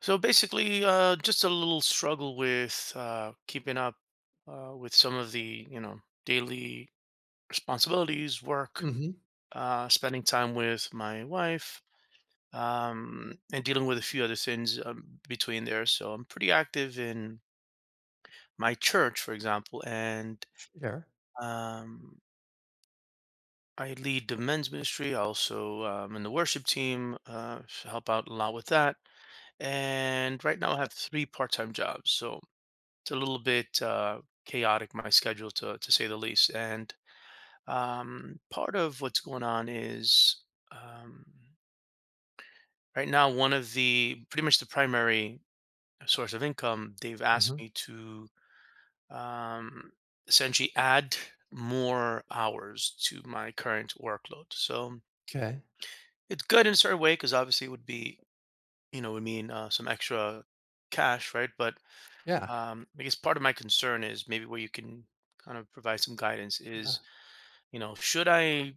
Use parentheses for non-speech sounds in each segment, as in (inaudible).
So basically, just a little struggle with keeping up with some of the daily responsibilities, work, Mhm. Spending time with my wife, and dealing with a few other things between there. So I'm pretty active in my church, for example, and Sure. um, I lead the men's ministry. I also in the worship team, so help out a lot with that. And right now, I have three part-time jobs. So it's a little bit chaotic my schedule to say the least, and part of what's going on is um, right now one of the pretty much the primary source of income, they've asked Mm-hmm. me to um, essentially add more hours to my current workload. So Okay. it's good in a certain way because obviously it would be would mean some extra cash, right? But Yeah. I guess part of my concern is, maybe where you can kind of provide some guidance Yeah. is, you know, should I,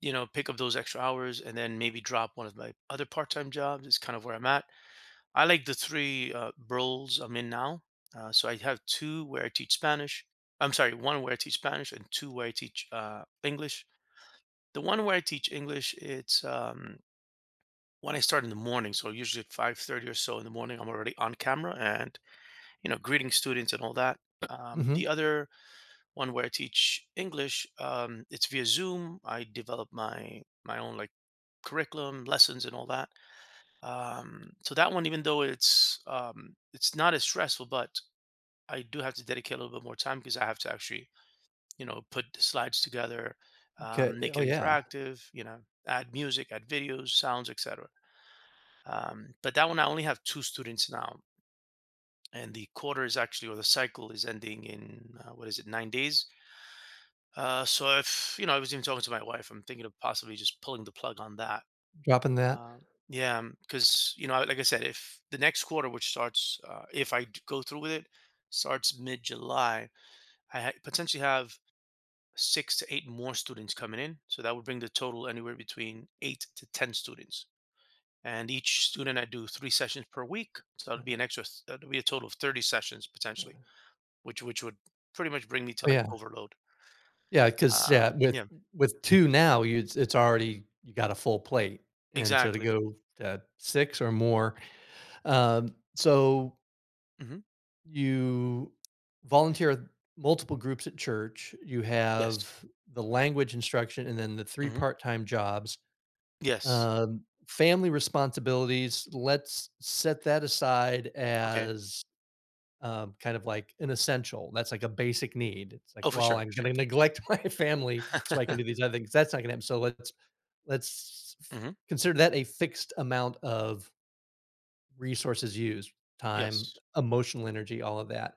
you know, pick up those extra hours and then maybe drop one of my other part-time jobs, is kind of where I'm at. I like the three roles I'm in now. So I have two where I teach Spanish. I'm sorry, one where I teach Spanish and two where I teach English. The one where I teach English, it's when I start in the morning. So usually at 5:30 or so in the morning, I'm already on camera and, you know, greeting students and all that. The Mm-hmm. other one where I teach English. It's via Zoom. I develop my own like curriculum, lessons, and all that. So that one, even though it's not as stressful, but I do have to dedicate a little bit more time because I have to actually, you know, put the slides together, Okay. make Oh, it yeah. interactive, you know, add music, add videos, sounds, etc. But that one, I only have two students now, and the quarter is actually, or the cycle is ending in what is it, 9 days? So if, you know, I was even talking to my wife. I'm thinking of possibly just pulling the plug on that. Dropping that. Uh, yeah, because, you know, like I said, if the next quarter, which starts, if I d- go through with it, starts mid-July, potentially have 6 to 8 more students coming in. So that would bring the total anywhere between 8 to 10 students. And each student, I do three sessions per week, so that Yeah. would be an extra. That would be a total of 30 sessions potentially, which would pretty much bring me to Oh, like yeah. overload. Yeah. Because yeah, with Yeah, with 2 now, you it's already you got a full plate, and so to exactly. go to 6 or more, so Hmm. you volunteer with multiple groups at church. You Yes. have the language instruction and then the three Mhm. part-time jobs. Yes. Family responsibilities, let's set that aside Okay. as kind of like an essential. That's like a basic need. It's like, Oh, for well, sure, I'm for going to sure. neglect (laughs) my family so I can do (laughs) these other things. That's not going to happen. So let's Mhm. consider that a fixed amount of resources used, time, Yes. emotional energy, all of that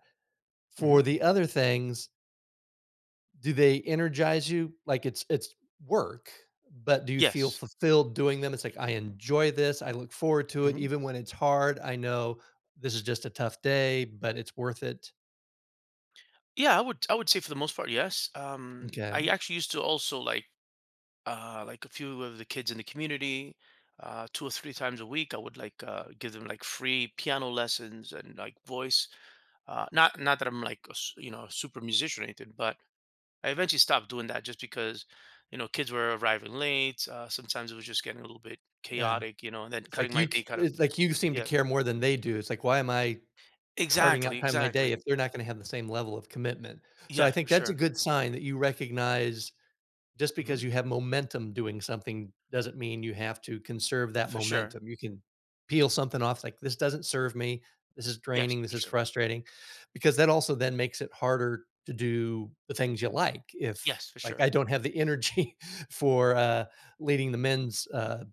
Mhm. for the other things, do they energize you? Like, it's work, but do you feel Yes. fulfilled doing them? It's like, "I enjoy this, I look forward to it, Mhm. even when it's hard, I know this is just a tough day, but it's worth it." Yeah, I would, I would say for the most part, yes. I Okay, actually used to also like, uh, like a few of the kids in the community, uh, two or three times a week, I would like, uh, give them like free piano lessons and like voice. Not that I'm like a s- you know, a super musician or anything, but I eventually stopped doing that just because, you know, kids were arriving late. Sometimes it was just getting a little bit yeah. chaotic, you know, and then It's cutting like my you day c kind of, it's like you seem to yeah. care more than they do. It's like, "Why am I carving Exactly, out time in my day if exactly. they're not gonna have the same level of commitment?" So I Yeah, think for that's a sure. good sign that you recognize just because Mhm. you have momentum doing something doesn't mean you have to conserve that For sure. momentum. You can peel something off like this doesn't serve me. This is Yes, draining. This for is sure. frustrating because that also then makes it harder to do the things you like. If Yes, for like I sure. don't have the energy (laughs) for leading the men's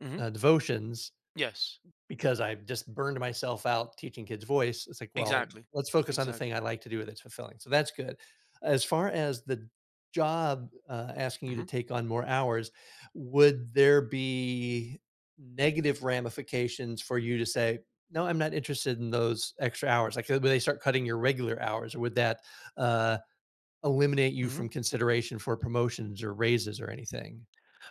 Mhm. Devotions, Yes. because I've just burned myself out teaching kids voice, it's like, "Well, Exactly. let's focus on the thing Exactly. I like to do that's fulfilling." So that's good. As far as the job, asking you to Mhm. take on more hours, would there be negative ramifications for you to say, "No, I'm not interested in those extra hours?" Like, would they start cutting your regular hours, or would that, uh, eliminate you Mhm. from consideration for promotions or raises or anything?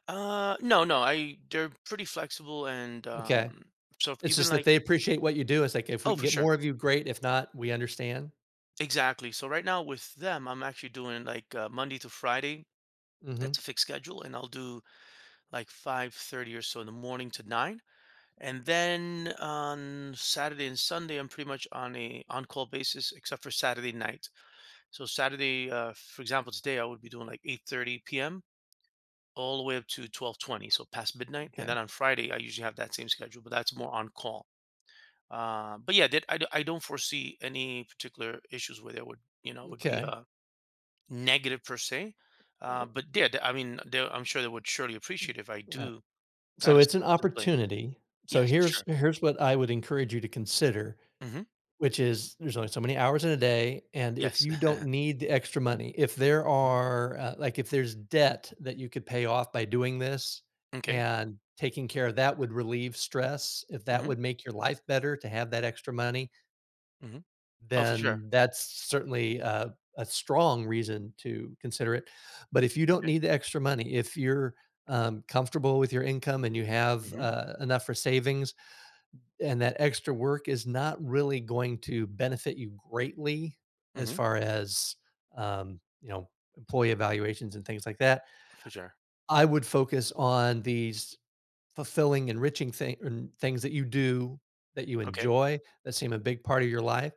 No, no, I, they're pretty flexible and, Okay. So if It's even just that like, they appreciate what you do. It's like, if we oh, can for get sure. more of you, great. If not, we understand. Exactly. So right now with them, I'm actually doing like, Monday to Friday. Mhm. That's a fixed schedule, and I'll do like 5:30 or so in the morning to 9. And then on Saturday and Sunday, I'm pretty much on a on-call basis except for Saturday night. So Saturday, for example, today I would be doing like 8:30 p.m. all the way up to 12:20, so past midnight. And Okay. then on Friday, I usually have that same schedule, but that's more on call. But yeah, that, I, I don't foresee any particular issues where there would, you know, would be Okay. a negative per se. Yep. But yeah, I mean, they, I'm sure they would surely appreciate if I Yeah. do kind So of it's step an up to the plate. opportunity. So Yes, here's sure. here's what I would encourage you to consider, Hmm. which is there's only so many hours in a day, and if Yes. you don't (laughs) need the extra money, if there Mhm. are like if there's debt that you could pay off by doing this Okay. and taking care of that would relieve stress, if that Hmm. would make your life better to have that extra money, Hmm. Oh, for sure. then that's certainly a strong reason to consider it. But if you don't Okay. need the extra money, if you're, comfortable with your income and you have, Hmm. Enough for savings and that extra work is not really going to benefit you greatly as Hmm. far as, um, you know, employee evaluations and things like that, For sure. I would focus on these fulfilling, enriching thing and things that you do that you Okay. enjoy, that seem a big part of your life.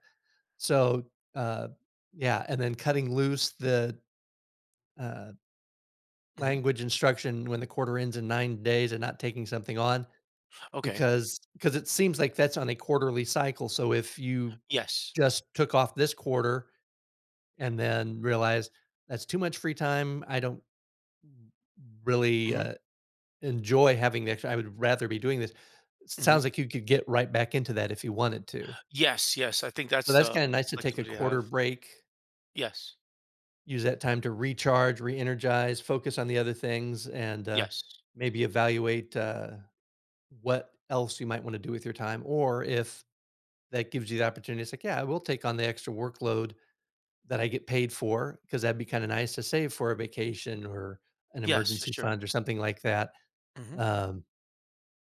So, yeah, and then cutting loose the, uh, Hmm. language instruction when the quarter ends in 9 days and not taking something on Okay. because it seems like that's on a quarterly cycle, so if you Yes. just took off this quarter and then realized, "That's too much free time, I don't really, Mhm, enjoy having the extra I would rather be doing this." mhm. Sounds like you could get right back into that if you wanted to. Yes, yes, I think So that's that's the kinda nice to take a flexibility I quarter have. break Yes, use that time to recharge, re-energize, focus on the other things, and yes, maybe evaluate what else you might want to do with your time. Or if that gives you the opportunity, it's like, yeah, I will take on the extra workload that I get paid for because that'd be kind of nice to save for a vacation or an yes, for emergency sure. fund or something like that. Mhm. Um,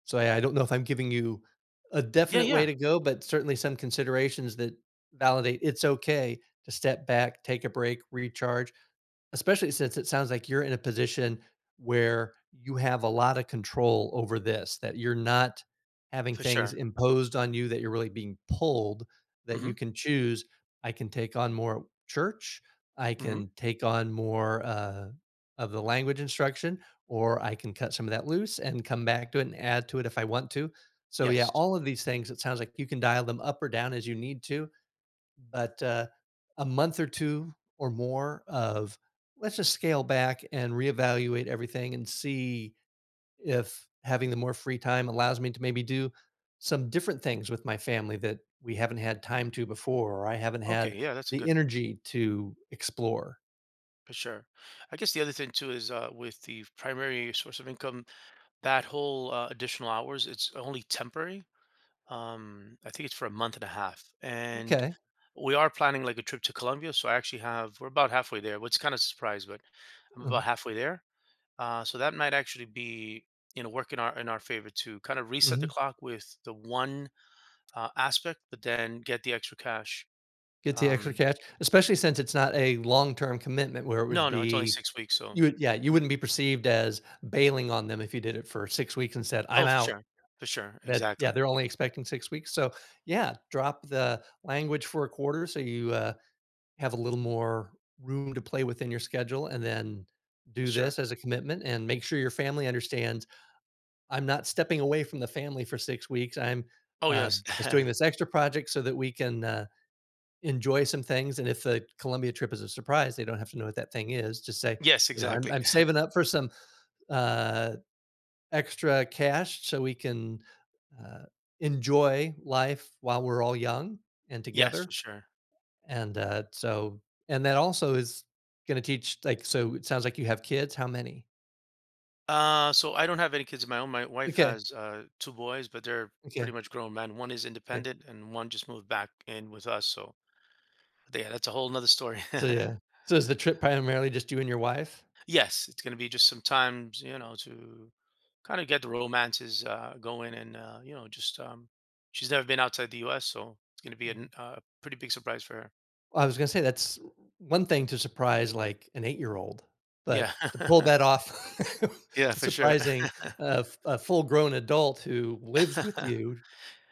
so I don't know if I'm giving you a Yeah, definite way yeah, to go, but certainly some considerations that validate it's okay to step back, take a break, recharge. Especially since it sounds like you're in a position where you have a lot of control over this, that you're not having for things sure. imposed on you, that you're really being pulled, that you Mhm, can choose, I can take on more church, I mhm. can take on more of the language instruction, or I can cut some of that loose and come back to it and add to it if I want to. So yeah, Yes. all of these things, it sounds like you can dial them up or down as you need to. But, a month or 2 or more of, "Let's just scale back and reevaluate everything and see if having the more free time allows me to maybe do some different things with my family that we haven't had time to before, or I haven't Okay, had yeah, that's a the good, energy to explore." for sure. I guess the other thing too is, with the primary source of income, that whole, additional hours, it's only temporary. I think it's for a month and a half, and Okay. we are planning, like, a trip to Colombia, so I actually have, we're about halfway there, which is kinda a surprise, but I'm Mhm, about halfway there. So that might actually be, you know, work in our favor to kind of reset the mhm. clock with the one, aspect, but then get the extra cash. Get the extra Um, cash, especially since it's not a long-term commitment where it would no, no, it's only be 6 weeks, so. you would yeah, you Mhm. wouldn't be perceived as bailing on them if you did it for 6 weeks and said, "I'm Oh, out." For sure, That yeah, exactly, they're only expecting 6 weeks, so yeah, drop the language for a quarter so you, have a little more room to play within your schedule, and then for do sure. this as a commitment and make sure your family understands, "I'm not stepping away from the family for 6 weeks, I'm, Oh uh, yes, just doing (laughs) this extra project so that we can, enjoy some things," and if the Columbia trip is a surprise, they don't have to know what that thing is, just say, yes, "I'm exactly, I'm (laughs) saving up for some, uh" extra cash so we can uh, enjoy life while we're all young and yes, for together. sure. And so, and that also is going to teach, like, so it sounds like you have kids. How many? So I don't have any kids of my own. My wife Okay. has, two boys, but they're pretty Okay. much grown men. One is Okay. independent, and one just moved back in with us. So, but yeah, that's a whole nother story. So, (laughs) yeah. So, is the trip primarily just you and your wife? Yes, it's gonna be just some times, you know, to kind of get the romances, going, and, you know, just, she's never been outside the U.S., so it's gonna be Mm. Pretty big surprise for her. I was going to say that's one thing to surprise like an 8-year old, Yeah, but to pull that (laughs) off, yeah, (laughs) for sure. surprising a a full grown adult who lives with (laughs) you.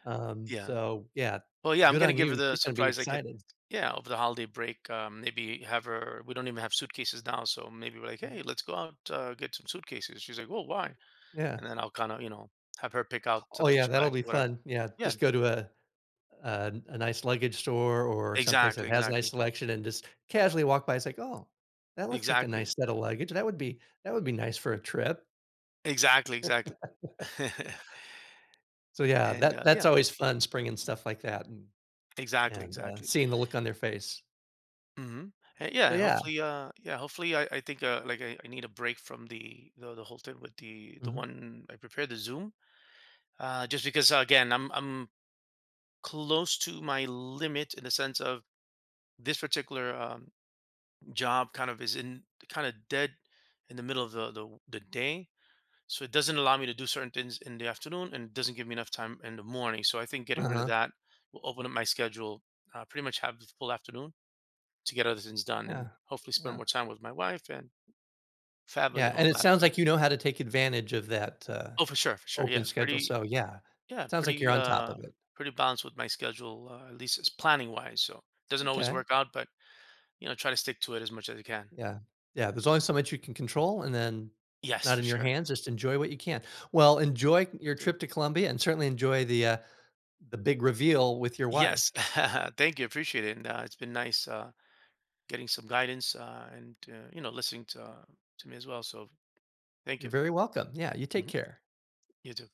Yeah. So yeah, Well, yeah, I'm good gonna on give her you. the She's gonna be surprise I get. excited. Yeah, over the holiday break, maybe have her. We don't even have suitcases now, so maybe we're like, Mm, hey, let's go out, get some suitcases. She's like, well, why? yeah. And then I'll kind of, you know, have her pick out Oh, something yeah, she that'll likes, be whatever. fun. Yeah, Yeah, just go to a nice luggage store or someplace exactly, that has a nice exactly, selection and just casually walk by. It's like, "Oh, that looks like a exactly. nice set of luggage. That would be nice for a trip." Exactly, exactly. (laughs) So yeah, And, that that's yeah, always fun springing stuff like that and exactly, and, uh, exactly. seeing the look on their face. Mhm. So Yeah, yeah. hopefully, yeah, hopefully, I think, like, I need a break from the whole thing with the Mhm. one I prepared, the Zoom, just because, again, I'm close to my limit in the sense of this particular, job kind of is in kinda dead in the middle of the day. So it doesn't allow me to do certain things in the afternoon, and it doesn't give me enough time in the morning. So I think getting rid of Uh-huh. that will open up my schedule, pretty much have the full afternoon to get other things done Yeah. and hopefully spend Yeah. more time with my wife and family Yeah, and and all it that. sounds So, like you know how to take advantage of that, uh, oh, for sure, for sure. open Yeah. schedule, Pretty, so yeah. yeah, Sounds like you're pretty, on top of it. pretty balanced with my schedule, at least as planning wise. So, doesn't always Okay, work out, but you know, try to stick to it as much as I can. yeah. Yeah, there's only so much you can control, and then it's Yes, not for in your sure. hands, just enjoy what you can. Well, enjoy your Good thing. trip to Colombia and certainly enjoy the, uh, the big reveal with your Yes. wife. (laughs) Thank you. Appreciate it. And, it's been nice. Getting some guidance, and, you know, listening to me as well. So thank You're you. very welcome. Yeah, you take Mhm. care. You too.